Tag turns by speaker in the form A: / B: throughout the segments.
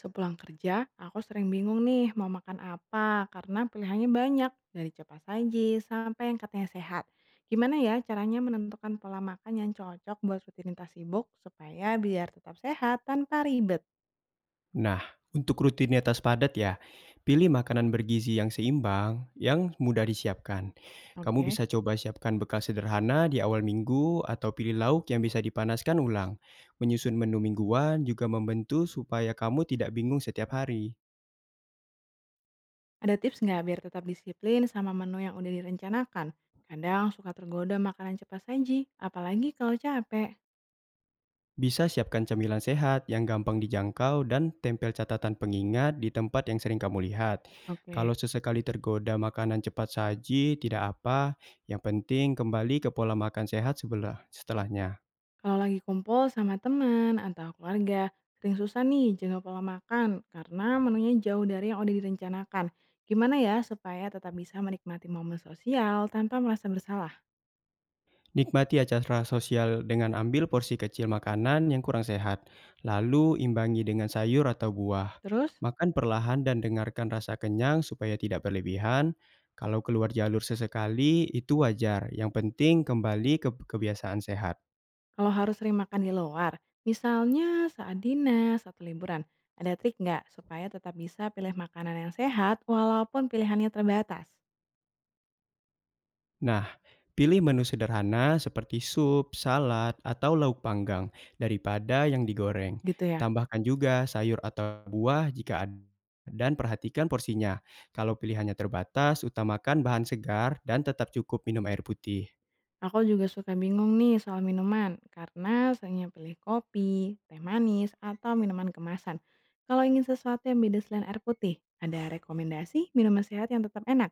A: Sepulang kerja, aku sering bingung nih mau makan apa karena pilihannya banyak dari cepat saji sampai yang katanya sehat. Gimana ya caranya menentukan pola makan yang cocok buat rutinitas sibuk supaya biar tetap sehat tanpa ribet?
B: Nah, untuk rutinitas padat ya, pilih makanan bergizi yang seimbang, yang mudah disiapkan. Kamu
A: Oke,
B: bisa coba siapkan bekal sederhana di awal minggu atau pilih lauk yang bisa dipanaskan ulang. Menyusun menu mingguan juga membantu supaya kamu tidak bingung setiap hari.
A: ada tips nggak biar tetap disiplin sama menu yang udah direncanakan? Kadang suka tergoda makanan cepat saji, apalagi kalau capek.
B: Bisa siapkan camilan sehat yang gampang dijangkau dan tempel catatan pengingat di tempat yang sering kamu lihat. Kalau
A: Oke.
B: sesekali tergoda makanan cepat saji, tidak apa. Yang penting kembali ke pola makan sehat sebelah setelahnya.
A: Kalau lagi kumpul sama teman atau keluarga, sering susah nih jaga pola makan karena menunya jauh dari yang udah direncanakan. Gimana ya supaya tetap bisa menikmati momen sosial tanpa merasa bersalah?
B: Nikmati acara sosial dengan ambil porsi kecil makanan yang kurang sehat, lalu imbangi dengan sayur atau buah.
A: Terus,
B: Makan perlahan dan dengarkan rasa kenyang supaya tidak berlebihan. Kalau keluar jalur sesekali, itu wajar. Yang penting kembali ke kebiasaan sehat.
A: kalau harus sering makan di luar, misalnya saat dinas atau liburan, ada trik nggak supaya tetap bisa pilih makanan yang sehat walaupun pilihannya terbatas?
B: Nah, pilih menu sederhana seperti sup, salad, atau lauk panggang daripada yang digoreng.
A: Gitu ya.
B: Tambahkan juga sayur atau buah jika ada dan perhatikan porsinya. Kalau pilihannya terbatas, utamakan bahan segar dan tetap cukup minum air putih.
A: Aku juga suka bingung nih soal minuman, karena seringnya pilih kopi, teh manis, atau minuman kemasan. Kalau ingin sesuatu yang beda selain air putih, ada rekomendasi minuman sehat yang tetap enak?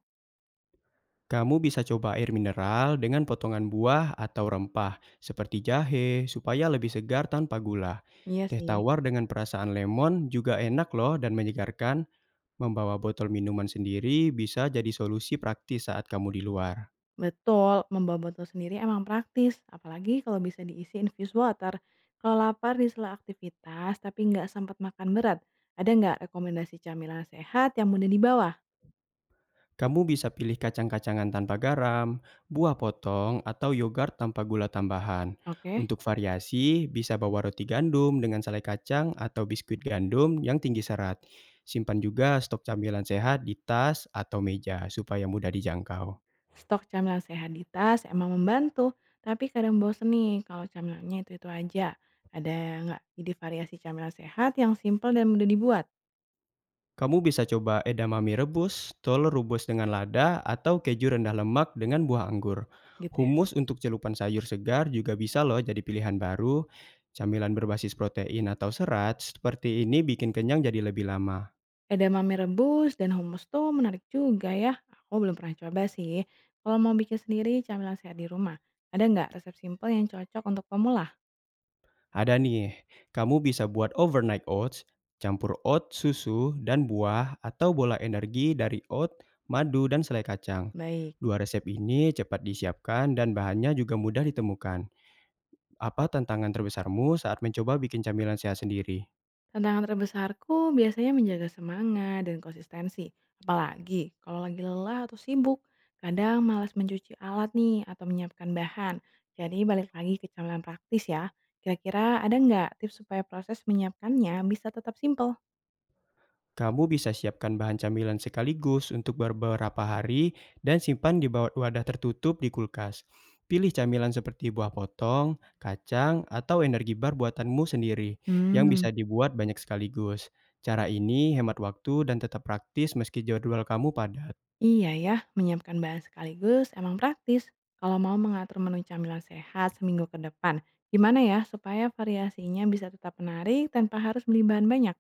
B: Kamu bisa coba air mineral dengan potongan buah atau rempah seperti jahe supaya lebih segar tanpa gula.
A: Iya
B: Teh
A: sih,
B: tawar dengan perasaan lemon juga enak loh dan menyegarkan. Membawa botol minuman sendiri bisa jadi solusi praktis saat kamu di luar.
A: betul. Membawa botol sendiri emang praktis, apalagi kalau bisa diisi infused water. Kalau lapar di sela aktivitas tapi nggak sempat makan berat, ada nggak rekomendasi camilan sehat yang mudah dibawa?
B: Kamu bisa pilih kacang-kacangan tanpa garam, buah potong, atau yogurt tanpa gula tambahan.
A: Oke.
B: Untuk variasi, bisa bawa roti gandum dengan selai kacang atau biskuit gandum yang tinggi serat. Simpan juga stok camilan sehat di tas atau meja supaya mudah dijangkau.
A: Stok camilan sehat di tas emang membantu, tapi kadang bosen nih kalau camilannya itu-itu aja. Ada nggak ide variasi camilan sehat yang simpel dan mudah dibuat?
B: Kamu bisa coba edamame rebus, tol rebus dengan lada, atau keju rendah lemak dengan buah anggur.
A: Gitu ya.
B: Humus untuk celupan sayur segar juga bisa loh jadi pilihan baru. Camilan berbasis protein atau serat seperti ini bikin kenyang jadi lebih lama.
A: Edamame rebus dan hummus tuh menarik juga ya. Aku belum pernah coba sih. Kalau mau bikin sendiri camilan sehat di rumah, ada nggak resep simpel yang cocok untuk pemula?
B: Ada nih, kamu bisa buat overnight oats, campur oat, susu, dan buah, atau bola energi dari oat, madu, dan selai kacang.
A: Baik.
B: Dua resep ini cepat disiapkan dan bahannya juga mudah ditemukan. Apa tantangan terbesarmu saat mencoba bikin camilan sehat sendiri?
A: Tantangan terbesarku biasanya menjaga semangat dan konsistensi, apalagi kalau lagi lelah atau sibuk. Kadang malas mencuci alat nih atau menyiapkan bahan. Jadi balik lagi ke camilan praktis ya. Kira-kira ada nggak tips supaya proses menyiapkannya bisa tetap simple?
B: Kamu bisa siapkan bahan camilan sekaligus untuk beberapa hari dan simpan di bawah wadah tertutup di kulkas. Pilih camilan seperti buah potong, kacang, atau energi bar buatanmu sendiri yang
A: Hmm,
B: bisa dibuat banyak sekaligus. Cara ini hemat waktu dan tetap praktis meski jadwal kamu padat.
A: iya ya, menyiapkan bahan sekaligus emang praktis. Kalau mau mengatur menu camilan sehat seminggu ke depan, gimana ya supaya variasinya bisa tetap menarik tanpa harus beli bahan banyak?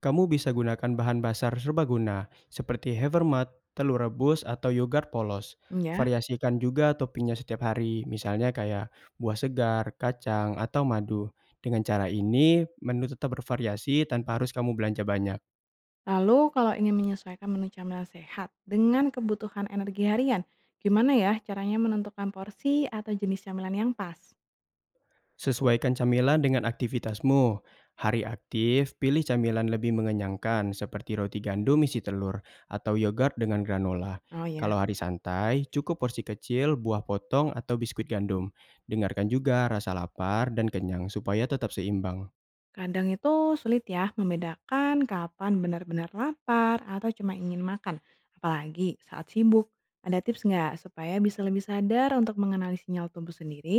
B: Kamu bisa gunakan bahan dasar serbaguna seperti Havermart, telur rebus, atau yogurt polos.
A: Ya.
B: Variasikan juga toppingnya setiap hari, misalnya kayak buah segar, kacang, atau madu. Dengan cara ini, menu tetap bervariasi tanpa harus kamu belanja banyak.
A: Lalu kalau ingin menyesuaikan menu camilan sehat dengan kebutuhan energi harian, gimana ya caranya menentukan porsi atau jenis camilan yang pas?
B: Sesuaikan camilan dengan aktivitasmu. Hari aktif, pilih camilan lebih mengenyangkan seperti roti gandum isi telur atau yogurt dengan granola.
A: Oh ya,
B: Kalau hari santai, cukup porsi kecil, buah potong, atau biskuit gandum. Dengarkan juga rasa lapar dan kenyang supaya tetap seimbang.
A: kadang itu sulit ya membedakan kapan benar-benar lapar atau cuma ingin makan, apalagi saat sibuk. Ada tips nggak supaya bisa lebih sadar untuk mengenali sinyal tubuh sendiri?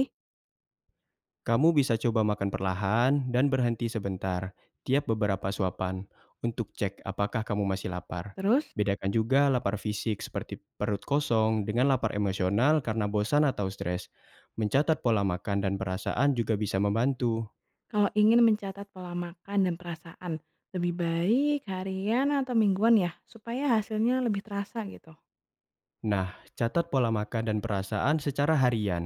B: Kamu bisa coba makan perlahan dan berhenti sebentar tiap beberapa suapan untuk cek apakah kamu masih lapar.
A: Terus,
B: Bedakan juga lapar fisik seperti perut kosong dengan lapar emosional karena bosan atau stres. Mencatat pola makan dan perasaan juga bisa membantu.
A: kalau ingin mencatat pola makan dan perasaan, lebih baik harian atau mingguan ya, supaya hasilnya lebih terasa gitu.
B: Nah, catat pola makan dan perasaan secara harian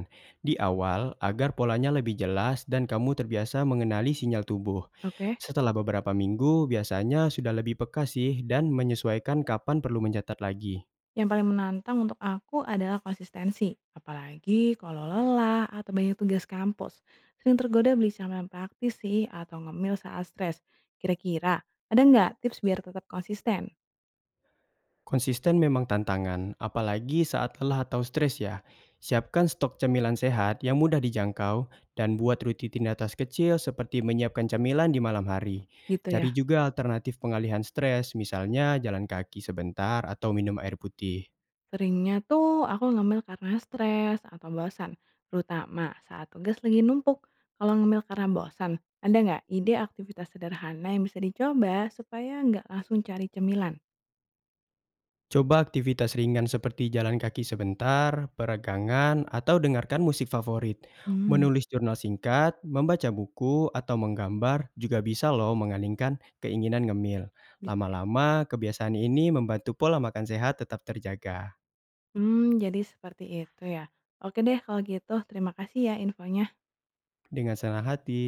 B: di awal agar polanya lebih jelas dan kamu terbiasa mengenali sinyal tubuh.
A: Oke.
B: Setelah beberapa minggu, biasanya sudah lebih peka sih dan menyesuaikan kapan perlu mencatat lagi.
A: Yang paling menantang untuk aku adalah konsistensi, apalagi kalau lelah atau banyak tugas kampus. Sering tergoda beli camilan praktis sih atau ngemil saat stres. Kira-kira ada nggak tips biar tetap konsisten?
B: Konsisten memang tantangan, apalagi saat lelah atau stres ya. Siapkan stok camilan sehat yang mudah dijangkau dan buat rutinitas kecil seperti menyiapkan camilan di malam hari.
A: Gitu ya.
B: Cari juga alternatif pengalihan stres, misalnya jalan kaki sebentar atau minum air putih.
A: Seringnya tuh aku ngemil karena stres atau bosan, terutama saat tugas lagi numpuk. Kalau ngemil karena bosan, ada nggak ide aktivitas sederhana yang bisa dicoba supaya nggak langsung cari cemilan?
B: Coba aktivitas ringan seperti jalan kaki sebentar, peregangan, atau dengarkan musik favorit.
A: Hmm,
B: Menulis jurnal singkat, membaca buku, atau menggambar juga bisa loh mengalingkan keinginan ngemil.
A: bisa.
B: Lama-lama, kebiasaan ini membantu pola makan sehat tetap terjaga.
A: Mmm, jadi seperti itu ya. Oke deh kalau gitu terima kasih ya infonya.
B: Dengan senang hati.